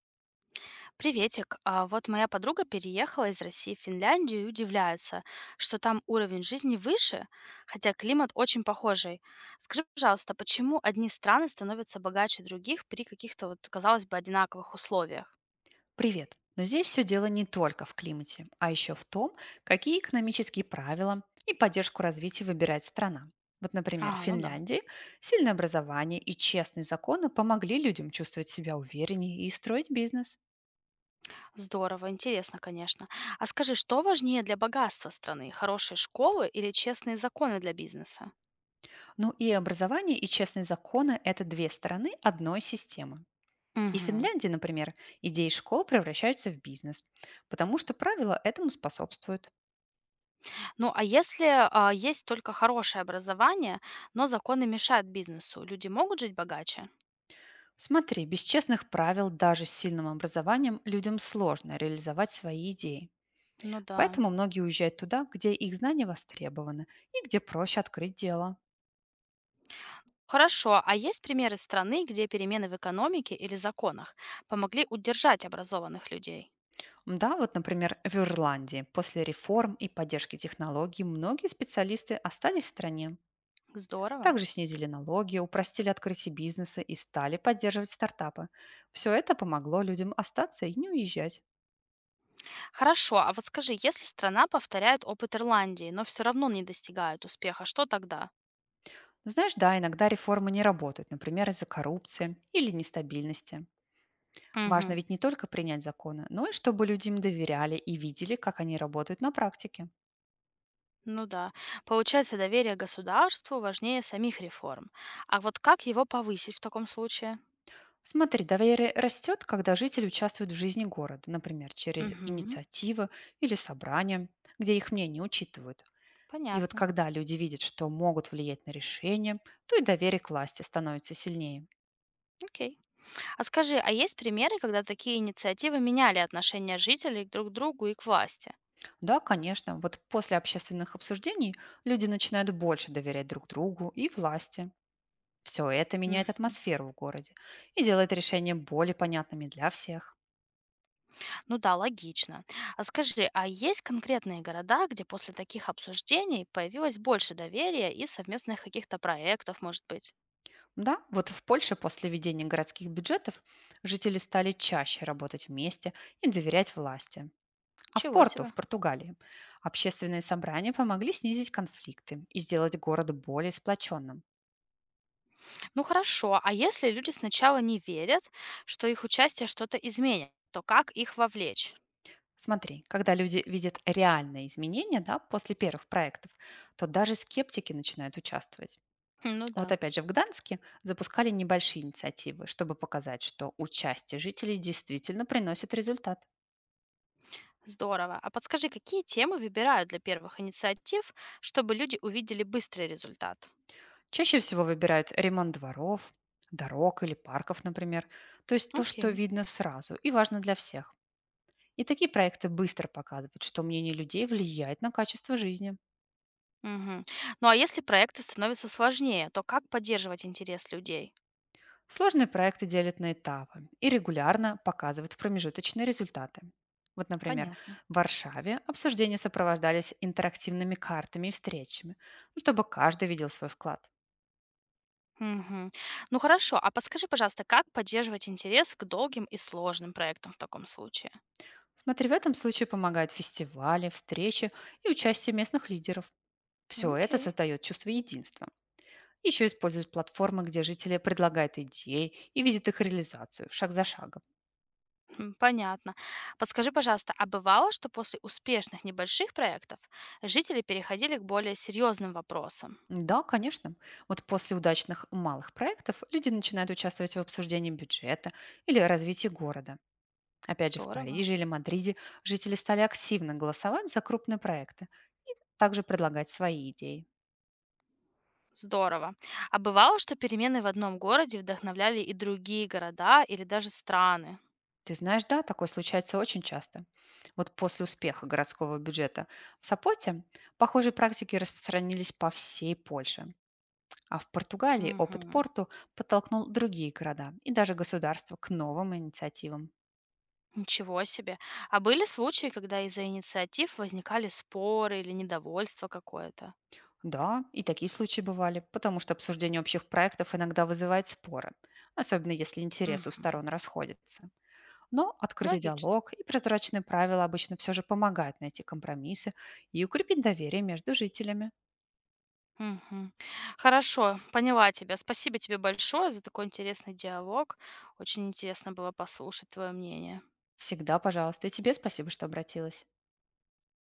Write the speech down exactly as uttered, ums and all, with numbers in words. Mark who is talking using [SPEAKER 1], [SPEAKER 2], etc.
[SPEAKER 1] Приветик. А вот моя подруга переехала из России в Финляндию и удивляется, что там уровень жизни выше, хотя климат очень похожий. Скажи, пожалуйста, почему одни страны становятся богаче других при каких-то, вот, казалось бы, одинаковых условиях?
[SPEAKER 2] Привет! Но здесь все дело не только в климате, а еще в том, какие экономические правила и поддержку развития выбирает страна. Вот,
[SPEAKER 1] А,
[SPEAKER 2] например, в
[SPEAKER 1] ну да.
[SPEAKER 2] Финляндии сильное образование и честные законы помогли людям чувствовать себя увереннее и строить бизнес.
[SPEAKER 1] Здорово, интересно, конечно. А скажи, что важнее для богатства страны? Хорошие школы или честные законы для бизнеса?
[SPEAKER 2] Ну и образование и честные законы– это две стороны одной системы. И в
[SPEAKER 1] Мгм.
[SPEAKER 2] Финляндии, например, идеи школ превращаются в бизнес, потому что правила этому способствуют.
[SPEAKER 1] Ну, а если а, есть только хорошее образование, но законы мешают бизнесу, люди могут жить богаче?
[SPEAKER 2] Смотри, без честных правил даже с сильным образованием людям сложно реализовать свои идеи.
[SPEAKER 1] Ну да.
[SPEAKER 2] Поэтому многие уезжают туда, где их знания востребованы и где проще открыть дело.
[SPEAKER 1] Хорошо, а есть примеры страны, где перемены в экономике или законах помогли удержать образованных людей?
[SPEAKER 2] Да, вот, например, в Ирландии после реформ и поддержки технологий многие специалисты остались в стране.
[SPEAKER 1] Здорово.
[SPEAKER 2] Также снизили налоги, упростили открытие бизнеса и стали поддерживать стартапы. Все это помогло людям остаться и не уезжать.
[SPEAKER 1] Хорошо, а вот скажи, если страна повторяет опыт Ирландии, но все равно не достигает успеха, что тогда?
[SPEAKER 2] Но знаешь, да, иногда реформы не работают, например, из-за коррупции или нестабильности. Важно
[SPEAKER 1] Угу.
[SPEAKER 2] ведь не только принять законы, но и чтобы люди им доверяли и видели, как они работают на практике.
[SPEAKER 1] Ну да. Получается, доверие государству важнее самих реформ. А вот как его повысить в таком случае?
[SPEAKER 2] Смотри, доверие растет, когда жители участвуют в жизни города, например, через
[SPEAKER 1] Угу.
[SPEAKER 2] инициативы или собрания, где их мнение учитывают. И вот
[SPEAKER 1] Понятно.
[SPEAKER 2] когда люди видят, что могут влиять на решения, то и доверие к власти становится сильнее.
[SPEAKER 1] Окей. А скажи, а есть примеры, когда такие инициативы меняли отношение жителей друг к другу и к власти?
[SPEAKER 2] Да, конечно, вот после общественных обсуждений люди начинают больше доверять друг другу и власти. Все это меняет атмосферу в городе и делает решения более понятными для всех.
[SPEAKER 1] Ну да, логично. А скажи, а есть конкретные города, где после таких обсуждений появилось больше доверия и совместных каких-то проектов, может быть?
[SPEAKER 2] Да, вот в Польше после введения городских бюджетов жители стали чаще работать вместе и доверять власти. А в
[SPEAKER 1] Чего
[SPEAKER 2] Порту,
[SPEAKER 1] себе.
[SPEAKER 2] в Португалии, общественные собрания помогли снизить конфликты и сделать город более сплоченным.
[SPEAKER 1] Ну хорошо, а если люди сначала не верят, что их участие что-то изменит, то как их вовлечь?
[SPEAKER 2] Смотри, когда люди видят реальные изменения, да, после первых проектов, то даже скептики начинают участвовать.
[SPEAKER 1] Хм, ну
[SPEAKER 2] Вот
[SPEAKER 1] да.
[SPEAKER 2] опять же в Гданске запускали небольшие инициативы, чтобы показать, что участие жителей действительно приносит результат.
[SPEAKER 1] Здорово. А подскажи, какие темы выбирают для первых инициатив, чтобы люди увидели быстрый результат?
[SPEAKER 2] Чаще всего выбирают ремонт дворов, дорог или парков, например. То есть то, что
[SPEAKER 1] Окей.
[SPEAKER 2] видно сразу и важно для всех. И такие проекты быстро показывают, что мнение людей влияет на качество жизни.
[SPEAKER 1] Мгм. Ну а если проекты становятся сложнее, то как поддерживать интерес людей?
[SPEAKER 2] Сложные проекты делят на этапы и регулярно показывают промежуточные результаты. Вот, например,
[SPEAKER 1] Понятно.
[SPEAKER 2] в Варшаве обсуждения сопровождались интерактивными картами и встречами, ну, чтобы каждый видел свой вклад.
[SPEAKER 1] Мгм. Ну хорошо, а подскажи, пожалуйста, как поддерживать интерес к долгим и сложным проектам в таком случае?
[SPEAKER 2] Смотри, в этом случае помогают фестивали, встречи и участие местных лидеров. Все это
[SPEAKER 1] Окей.
[SPEAKER 2] создает чувство единства. Еще используют платформы, где жители предлагают идеи и видят их реализацию шаг за шагом.
[SPEAKER 1] Хм, понятно. Подскажи, пожалуйста, а бывало, что после успешных небольших проектов жители переходили к более серьезным вопросам?
[SPEAKER 2] Да, конечно. Вот после удачных малых проектов люди начинают участвовать в обсуждении бюджета или развитии города. Опять же, в
[SPEAKER 1] Здорово.
[SPEAKER 2] Париже или Мадриде жители стали активно голосовать за крупные проекты и также предлагать свои идеи.
[SPEAKER 1] Здорово. А бывало, что перемены в одном городе вдохновляли и другие города или даже страны?
[SPEAKER 2] Ты знаешь, да, такое случается очень часто. Вот после успеха городского бюджета в Сапоте похожие практики распространились по всей Польше. А в Португалии опыт
[SPEAKER 1] Мгм.
[SPEAKER 2] Порту подтолкнул другие города и даже государства к новым инициативам.
[SPEAKER 1] Ничего себе. А были случаи, когда из-за инициатив возникали споры или недовольство какое-то?
[SPEAKER 2] Да, и такие случаи бывали, потому что обсуждение общих проектов иногда вызывает споры, особенно если интересы у
[SPEAKER 1] Мгм.
[SPEAKER 2] сторон расходятся. Но открытый
[SPEAKER 1] Логично.
[SPEAKER 2] диалог и прозрачные правила обычно все же помогают найти компромиссы и укрепить доверие между жителями.
[SPEAKER 1] Мгм. Хорошо, поняла тебя. Спасибо тебе большое за такой интересный диалог. Очень интересно было послушать твое мнение.
[SPEAKER 2] Всегда, пожалуйста, и тебе спасибо, что обратилась.